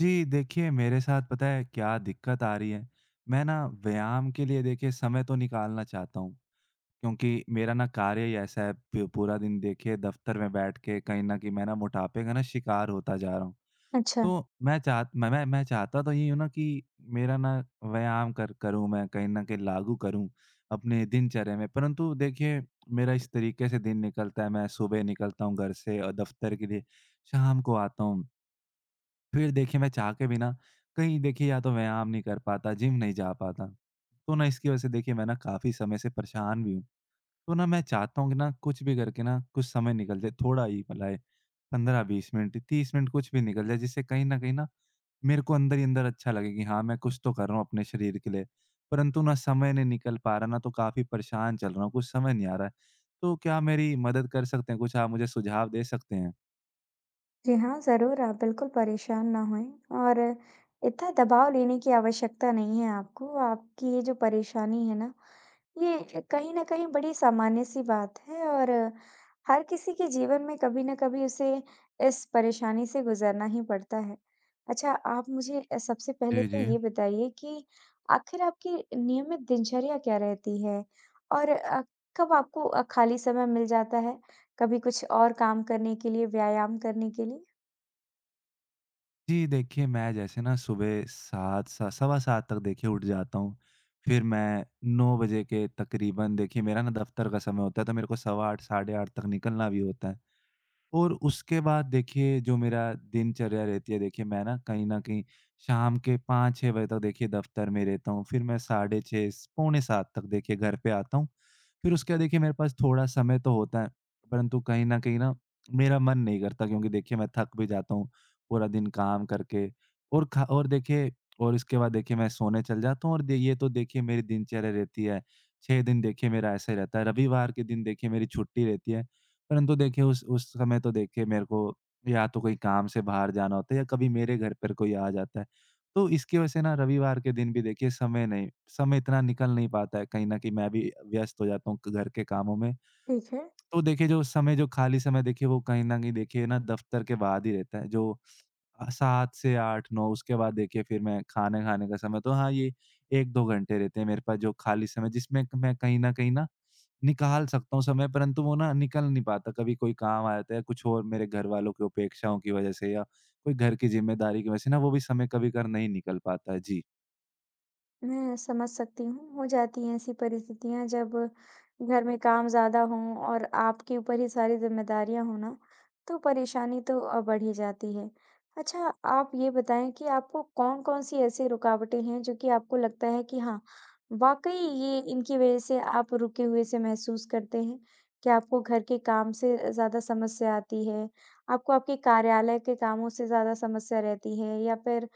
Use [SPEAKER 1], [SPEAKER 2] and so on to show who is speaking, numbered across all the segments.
[SPEAKER 1] जी, देखिए मेरे साथ पता है क्या दिक्कत आ रही है? मैं ना व्यायाम के लिए देखिए समय तो निकालना चाहता हूँ, क्योंकि मेरा ना कार्य ही ऐसा है, प पूरा दिन देखिए दफ़्तर में बैठ के कहीं न कहीं मैं ना मोटापे का ना शिकार होता जा रहा हूँ।
[SPEAKER 2] अच्छा,
[SPEAKER 1] तो मैं चाहता तो यही हूँ ना कि मेरा ना व्यायाम कर करूँ मैं, कहीं न कहीं लागू करूँ अपने दिनचर्या में। परंतु देखिए मेरा इस तरीके से दिन निकलता है, मैं सुबह निकलता हूँ घर से और दफ़्तर के लिए, शाम को आता हूँ। फिर देखिए मैं चाह के भी ना कहीं देखिए या तो व्यायाम नहीं कर पाता, जिम नहीं जा पाता। तो ना इसकी वजह से देखिए मैं ना काफ़ी समय से परेशान भी हूँ। तो ना मैं चाहता हूँ कि ना कुछ भी करके ना कुछ समय निकल जाए, थोड़ा ही भला है, 15-20 मिनट, 30 मिनट कुछ भी निकल जाए, जिससे कहीं न कहीं ना मेरे को अंदर ही अंदर अच्छा लगे कि हाँ, मैं कुछ तो कर रहा हूँ अपने शरीर के लिए। परंतु ना समय नहीं निकल पा रहा, ना तो काफ़ी परेशान चल रहा हूँ, कुछ समझ नहीं आ रहा है। तो क्या आप मेरी मदद कर सकते हैं? कुछ आप मुझे सुझाव दे सकते हैं?
[SPEAKER 2] जी हाँ, ज़रूर आप बिल्कुल परेशान ना होएँ और इतना दबाव लेने की आवश्यकता नहीं है आपको। आपकी ये जो परेशानी है ना, ये कहीं न कहीं बड़ी सामान्य-सी बात है और हर किसी के जीवन में कभी न कभी उसे इस परेशानी से गुज़रना ही पड़ता है। अच्छा, आप मुझे सबसे पहले
[SPEAKER 1] जी, जी।
[SPEAKER 2] तो ये बताइए कि आखिर आपकी नियमित दिनचर्या क्या रहती है? और कब आपको खाली समय मिल जाता है? कभी कुछ और काम करने के लिए, व्यायाम करने के लिए?
[SPEAKER 1] जी, देखिए मैं जैसे ना सुबह 7, सा सवा 7 तक देखिए उठ जाता हूँ। फिर मैं 9 बजे के तकरीबन देखिए मेरा ना दफ़्तर का समय होता है, तो मेरे को सवा 8, साढ़े 8 तक निकलना भी होता है। और उसके बाद देखिए जो मेरा दिनचर्या रहती है, देखिए मैं ना कहीं न कहीं शाम के 5-6 बजे तक देखिए दफ़्तर में रहता हूँ। फिर मैं साढ़े 6, पौने 7 तक देखिए घर पे आता हूँ। फिर उसके बाद देखिए मेरे पास थोड़ा समय तो होता है, परंतु कहीं न कहीं ना मेरा मन नहीं करता, क्योंकि देखिए मैं थक भी जाता हूँ, पूरा दिन काम करके, और खा और देखिए, और इसके बाद देखिए मैं सोने चल जाता हूँ, और दे ये तो देखिए मेरी दिनचर्या रहती है। 6 दिन देखिए मेरा ऐसे रहता है, रविवार के दिन देखिए मेरी छुट्टी रहती है। परंतु देखिए उस समय तो देखिए मेरे को या तो कोई काम से बाहर जाना होता है, या कभी मेरे घर पर कोई आ जाता है। तो इसकी वजह से ना रविवार के दिन भी देखिए समय इतना निकल नहीं पाता है। कहीं न कहीं मैं भी व्यस्त हो जाता हूँ घर के कामों में।
[SPEAKER 2] ठीक है।
[SPEAKER 1] तो देखिए जो समय, जो खाली समय देखिए वो कहीं न कहीं देखिए ना दफ़्तर के बाद ही रहता है, जो 7 से 8-9, उसके बाद देखिए फिर मैं खाना खाने का समय, तो हाँ, ये 1-2 घंटे रहते हैं मेरे पास जो खाली समय, जिसमें क मैं कहीं न कहीं ना निकाल सकता हूँ समय, परंतु वो ना निकल नहीं पाता। कभी कोई काम आ जाता है, या कुछ और मेरे घरवालों की अपेक्षाओं की वज़ह से, या कोई घर की ज़िम्मेदारी की वज़ह से ना वो भी समय कभी-कभार नहीं निकल पाता है। जी।
[SPEAKER 2] मैं समझ सकती हूँ, हो जाती हैं ऐसी परिस्थितियाँ जब घर में काम ज़्यादा हों और आपके ऊपर ही सारी ज़िम्मेदारियाँ हों ना, तो परेशानी तो बढ़ ही जाती है। अच्छा, आप ये बताएँ कि आपको कौन-कौन सी ऐसी रुकावटें हैं जो कि आपको लगता है कि हाँ, वाक़ई ये इनकी वज़ह से आप रुके हुए से महसूस करते हैं? क्या आपको घर के काम से ज़्यादा समस्या आती है? आपको आपके कार्यालय के कामों से ज़्यादा समस्या रहती है या फिर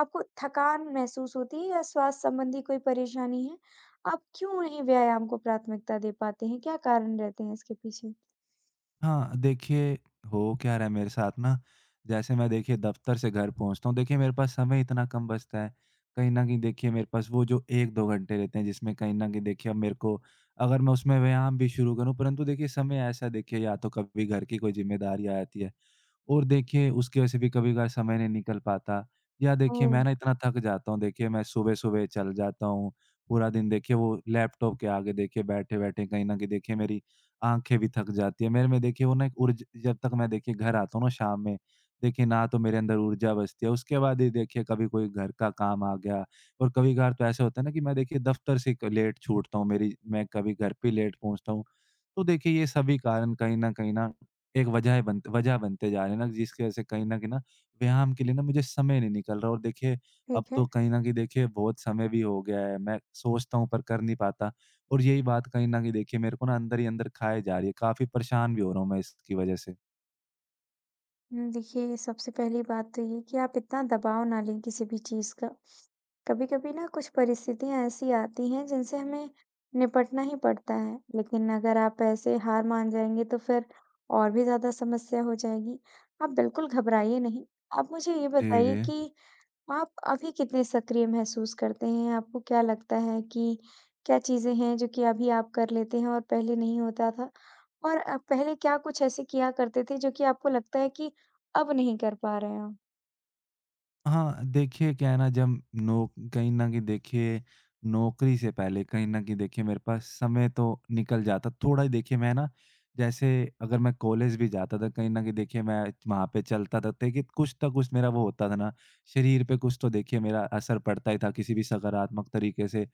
[SPEAKER 2] आपको थकान महसूस होती है या स्वास्थ्य संबंधी कोई परेशानी है? आप क्यों नहीं व्यायाम को प्राथमिकता दे पाते हैं? क्या कारण रहते हैं इसके पीछे?
[SPEAKER 1] हाँ, देखिए हो क्या रहा है मेरे साथ ना, जैसे मैं देखिए दफ़्तर से घर पहुँचता हूँ, देखिए मेरे पास समय इतना कम बचता है। कहीं न कहीं देखिए मेरे पास वो जो 1-2 घंटे रहते हैं, जिसमें कहीं न कहीं देखिए अब मेरे को, अगर मैं उसमें व्यायाम भी शुरू करूँ, परंतु देखिए समय ऐसा है देखिए, या तो कभी घर की कोई ज़िम्मेदारी आ जाती है और देखिए उसकी वजह से भी कभी-कभार समय नहीं निकल पाता, या देखिए
[SPEAKER 2] ओह!
[SPEAKER 1] मैं ना इतना थक जाता हूँ, देखिए मैं सुबह-सुबह चल जाता हूँ, पूरा दिन देखिए वो लैपटॉप के आगे देखिए बैठे-बैठे कहीं न कहीं देखिए मेरी आँखें भी थक जाती हैं। मेरे में देखिए वो ना एक ऊर्ज जब तक मैं देखिए घर आता हूँ ना शाम में, देखिए ना तो मेरे अंदर ऊर्जा बचती है, उसके बाद ही देखिए कभी कोई घर का काम आ गया, और कभी-कभार तो ऐसा होता है ना कि मैं देखिए दफ़्तर से क लेट छूटता हूँ, मेरी मैं कभी घर पे लेट पहुँचता हूँ। तो देखिए ये सभी कारण कहीं न कहीं ना एक वजह बनते जा रहे हैं ना, जिसकी वजह से कहीं न कहीं ना व्यायाम के लिए ना मुझे समय नहीं निकल रहा। और देखिए अब
[SPEAKER 2] ठीक है।
[SPEAKER 1] तो कहीं न कहीं देखिए बहुत समय भी हो गया है। मैं सोचता हूँ पर कर नहीं पाता, और यही बात कहीं न कहीं देखिए मेरे को ना अंदर ही अंदर खाए जा रही है। काफ़ी परेशान भी हो रहा हूँ मैं इसकी वजह से।
[SPEAKER 2] हुँ, देखिए सबसे पहली बात तो ये कि आप इतना दबाव ना लें किसी भी चीज़ का। कभी-कभी ना कुछ परिस्थितियाँ ऐसी आती हैं जिनसे हमें निपटना ही पड़ता है, लेकिन अगर आप ऐसे हार मान जाएँगे तो फिर और भी ज़्यादा समस्या हो जाएगी। आप बिल्कुल घबराइए नहीं। आप मुझे ये
[SPEAKER 1] जी,
[SPEAKER 2] बताइए
[SPEAKER 1] जी।
[SPEAKER 2] कि आप अभी कितने सक्रिय महसूस करते हैं? आपको क्या लगता है कि क्या चीज़ें हैं जो कि अभी आप कर लेते हैं और पहले नहीं होता था? और पहले क्या कुछ ऐसे किया करते थे जो कि आपको लगता है कि अब नहीं कर पा रहे हैं आप?
[SPEAKER 1] हाँ, देखिए क्या है ना, जब नो कहीं न कहीं देखिए नौकरी से पहले कहीं न कहीं देखिए मेरे पास समय तो निकल जाता। थोड़ा ही देखिए मैं ना जैसे, अगर मैं कॉलेज भी जाता था, कहीं न कहीं देखिए मैं वहाँ पे चलता था, देखिए कुछ ना कुछ मेरा वो होता था ना, शरीर पे कुछ तो देखिए मेरा असर पड़ता ही था किसी भी सकारात्मक तरीके से।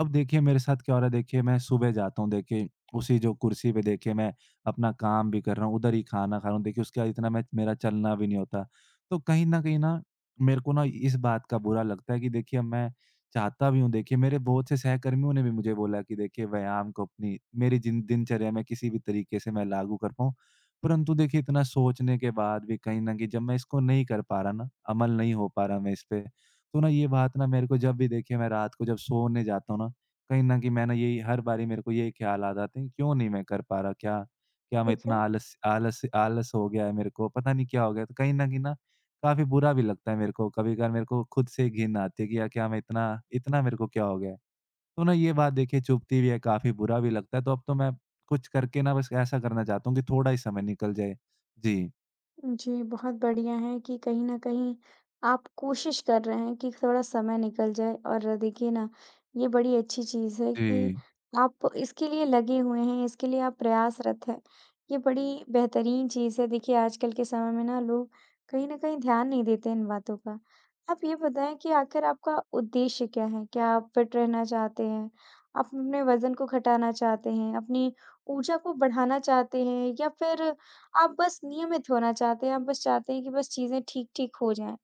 [SPEAKER 1] अब देखिए मेरे साथ क्या हो रहा है, देखिए मैं सुबह जाता हूँ देखिए उसी जो कुर्सी पे देखिए मैं अपना काम भी कर रहा हूँ, उधर ही खाना खा रहा हूँ, देखिए उसके बाद इतना, मैं मेरा चलना भी नहीं होता, तो कहीं ना मेरे को ना इस बात का बुरा लगता है कि देखिए अब मैं चाहता भी हूँ, देखिए मेरे बहुत से सहकर्मियों ने भी मुझे बोला कि देखिए व्यायाम को अपनी, मेरी जिन दिनचर्या में किसी भी तरीके से मैं लागू कर पाऊँ, परंतु देखिए इतना सोचने के बाद भी कहीं ना कहीं जब मैं इसको नहीं कर पा रहा ना, अमल नहीं हो पा रहा मैं इस पे, तो ना ये बात ना मेरे को, जब भी देखिए मैं रात को जब सोने जाता हूँ ना, कहीं न कहीं मैं ना यही हर बारी मेरे को यही ख़्याल आ जाते हैं, क्यों नहीं मैं कर पा रहा? क्या, क्या मैं
[SPEAKER 2] ठीक
[SPEAKER 1] इतना
[SPEAKER 2] है।
[SPEAKER 1] आलस आलस आलस हो गया है मेरे को, पता नहीं क्या हो गया? तो कहीं न कहीं ना काफ़ी बुरा भी लगता है मेरे को, कभी-कभार मेरे को खुद से ही घिन आती है कि यार, क्या मैं इतना इतना मेरे को क्या हो गया है? तो ना ये बात देखिए चुभती भी है, काफ़ी बुरा भी लगता है, तो अब तो मैं कुछ करके ना बस ऐसा करना चाहता हूँ कि थोड़ा ही समय निकल जाए। जी।
[SPEAKER 2] जी, बहुत बढ़िया है कि कहीं न कहीं आप कोशिश कर रहे हैं कि थोड़ा समय निकल जाए और देखिए ना, ये बड़ी अच्छी चीज़ है कि
[SPEAKER 1] जी।
[SPEAKER 2] आप इसके लिए लगे हुए हैं, इसके लिए आप प्रयासरत हैं। ये बड़ी बेहतरीन चीज़ है, देखिए आजकल के समय में ना लोग कहीं न कहीं ध्यान नहीं देते इन बातों का। आप ये बताएँ कि आखिर आपका उद्देश्य क्या है? क्या आप फिट रहना चाहते हैं? आप अपने वज़न को घटाना चाहते हैं? अपनी ऊर्जा को बढ़ाना चाहते हैं? या फिर आप बस नियमित होना चाहते हैं, आप बस चाहते हैं कि बस चीज़ें ठीक-ठीक हो जाएँ।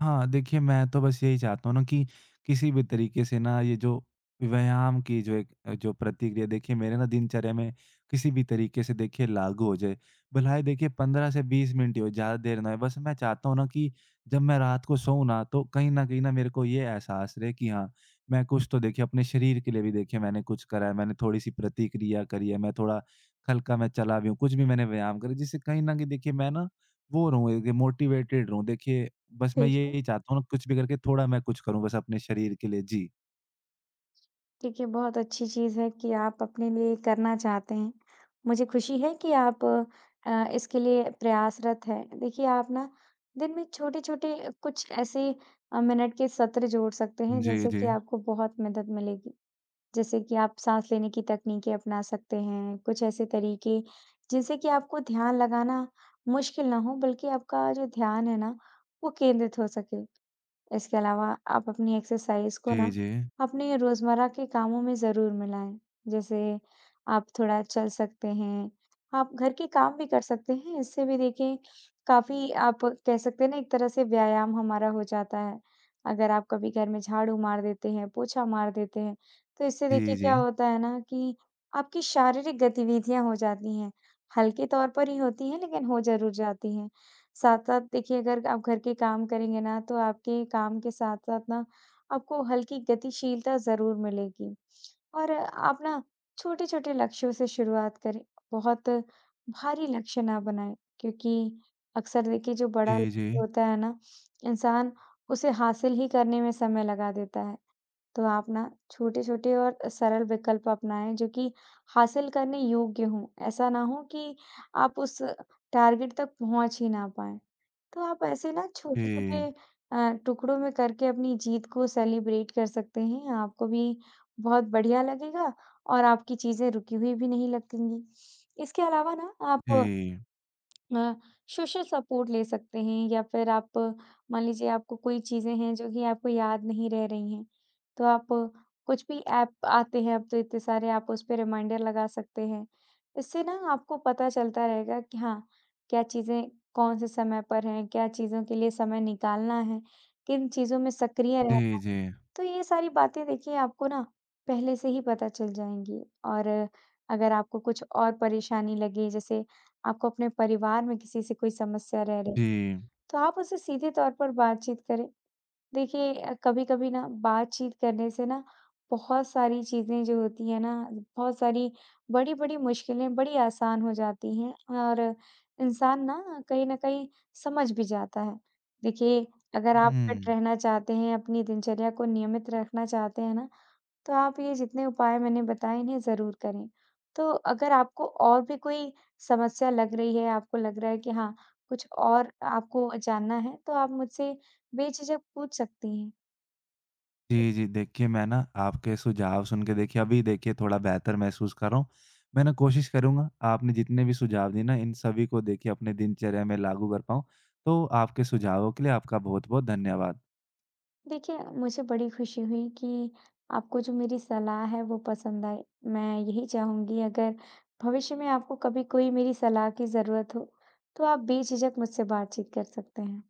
[SPEAKER 1] हाँ, देखिए मैं तो बस यही चाहता हूँ ना कि किसी भी तरीके से ना ये जो व्यायाम की जो एक जो प्रतिक्रिया देखिए मेरे ना दिनचर्या में किसी भी तरीके से देखिए लागू हो जाए। भला देखिए 15 से 20 मिनट ही हो, ज़्यादा देर ना हो। बस मैं चाहता हूँ ना कि जब मैं रात को सोऊँ ना, तो कहीं न कहीं ना मेरे को ये एहसास रहे कि हाँ, मैं कुछ तो देखिए अपने शरीर के लिए भी देखिए मैंने कुछ करा है, मैंने थोड़ी-सी प्रतिक्रिया करी है, मैं थोड़ा हल्का मैं चला भी हूँ, कुछ भी मैंने व्यायाम करे, जिससे कहीं न कहीं देखिए मैं ना वो रहूँ, एक मोटिवेटेड रहूँ। देखिए, बस मैं
[SPEAKER 2] ठीक है।
[SPEAKER 1] यही चाहता हूँ ना, कुछ भी करके थोड़ा मैं कुछ करूँ बस अपने शरीर के लिए। जी।
[SPEAKER 2] देखिए, बहुत अच्छी चीज़ है कि आप अपने लिए करना चाहते हैं। मुझे खुशी है कि आप इसके लिए प्रयासरत हैं। देखिए, आप ना दिन में छोटे-छोटे कुछ ऐसे मिनट के सत्र जोड़ सकते हैं,
[SPEAKER 1] जी,
[SPEAKER 2] जिनसे
[SPEAKER 1] जी।
[SPEAKER 2] कि आपको बहुत मदद मिलेगी। जैसे कि आप साँस लेने की तकनीकें अपना सकते हैं, कुछ ऐसे तरीके जिनसे कि आपको ध्यान लगाना मुश्किल ना हो, बल्कि आपका जो ध्यान है ना, वो केंद्रित हो सके। इसके अलावा आप अपनी एक्सरसाइज को
[SPEAKER 1] जी,
[SPEAKER 2] ना
[SPEAKER 1] जी।
[SPEAKER 2] अपने रोजमर्रा के कामों में जरूर मिलाएं। जैसे आप थोड़ा चल सकते हैं, आप घर के काम भी कर सकते हैं। इससे भी देखिए काफी आप कह सकते हैं ना एक तरह से व्यायाम हमारा हो जाता है। अगर आप कभी घर में झाड़ू मार देते हैं, पोछा मार देते हैं, तो इससे
[SPEAKER 1] जी,
[SPEAKER 2] देखिए
[SPEAKER 1] जी।
[SPEAKER 2] क्या होता है ना कि आपकी शारीरिक गतिविधियां हो जाती हैं। हल्के तौर पर ही होती हैं लेकिन हो जरूर जाती हैं। साथ-साथ देखिए अगर आप घर के काम करेंगे ना, तो आपके काम के साथ-साथ ना आपको हल्की गतिशीलता ज़रूर मिलेगी। और आप ना छोटे-छोटे लक्ष्यों से शुरुआत करें, बहुत भारी लक्ष्य ना बनाएँ क्योंकि अक्सर देखिए जो बड़ा
[SPEAKER 1] जी, जी।
[SPEAKER 2] लक्ष्य होता है ना, इंसान उसे हासिल ही करने में समय लगा देता है। तो आप ना छोटे-छोटे और सरल विकल्प अपनाएँ जो कि हासिल करने योग्य हों। ऐसा ना हो कि आप उस टारगेट तक पहुँच ही ना पाएँ। तो आप ऐसे ना छोटे-छोटे
[SPEAKER 1] जी,
[SPEAKER 2] टुकड़ों में करके अपनी जीत को सेलिब्रेट कर सकते हैं। आपको भी बहुत बढ़िया लगेगा और आपकी चीज़ें रुकी हुई भी नहीं लगेंगी। इसके अलावा ना आप
[SPEAKER 1] जी।
[SPEAKER 2] अ, सोशल सपोर्ट ले सकते हैं या फिर आप मान लीजिए आपको कोई चीज़ें हैं जो कि आपको याद नहीं रह रही हैं, तो आप कुछ भी ऐप आते हैं अब तो इतने सारे आप उस पे रिमाइंडर लगा सकते हैं। इससे ना आपको पता चलता रहेगा कि हाँ, क्या चीज़ें कौन से समय पर हैं, क्या चीज़ों के लिए समय निकालना है, किन चीज़ों में सक्रिय रह
[SPEAKER 1] जी, जी।
[SPEAKER 2] तो ये सारी बातें देखिए आपको ना पहले से ही पता चल जाएँगी और अगर आपको कुछ और परेशानी लगे, जैसे आपको अपने परिवार में किसी से कोई समस्या रह रही,
[SPEAKER 1] जी।
[SPEAKER 2] तो आप उससे सीधे तौर पर बातचीत करें। देखिए कभी-कभी ना बातचीत करने से ना बहुत सारी चीज़ें जो होती हैं ना, बहुत सारी बड़ी-बड़ी मुश्किलें बड़ी आसान हो जाती हैं और इंसान ना कहीं न कहीं समझ भी जाता है। देखिए, अगर हुँ। आप फिट
[SPEAKER 1] हुँ।
[SPEAKER 2] रहना चाहते हैं, अपनी दिनचर्या को नियमित रखना चाहते हैं ना, तो आप ये जितने उपाय मैंने बताए इन्हें ज़रूर करें। तो अगर आपको और भी कोई समस्या लग रही है, आपको लग रहा है कि हाँ, कुछ और आपको जानना है तो आप मुझसे बेझिझक पूछ सकती हैं।
[SPEAKER 1] जी, जी। देखिए, मैं ना आपके सुझाव सुन के देखिए अभी देखिए थोड़ा बेहतर महसूस कर रहा हूँ। मैं ना कोशिश करूँगा आपने जितने भी सुझाव दिए ना इन सभी को देखिए अपने दिनचर्या में लागू कर पाऊँ। तो आपके सुझावों के लिए आपका बहुत-बहुत धन्यवाद।
[SPEAKER 2] देखिए, मुझे बड़ी खुशी हुई कि आपको जो मेरी सलाह है वो पसंद आई। मैं यही चाहूँगी अगर भविष्य में आपको कभी कोई मेरी सलाह की ज़रूरत हो, तो आप बेझिझक मुझसे बातचीत कर सकते हैं।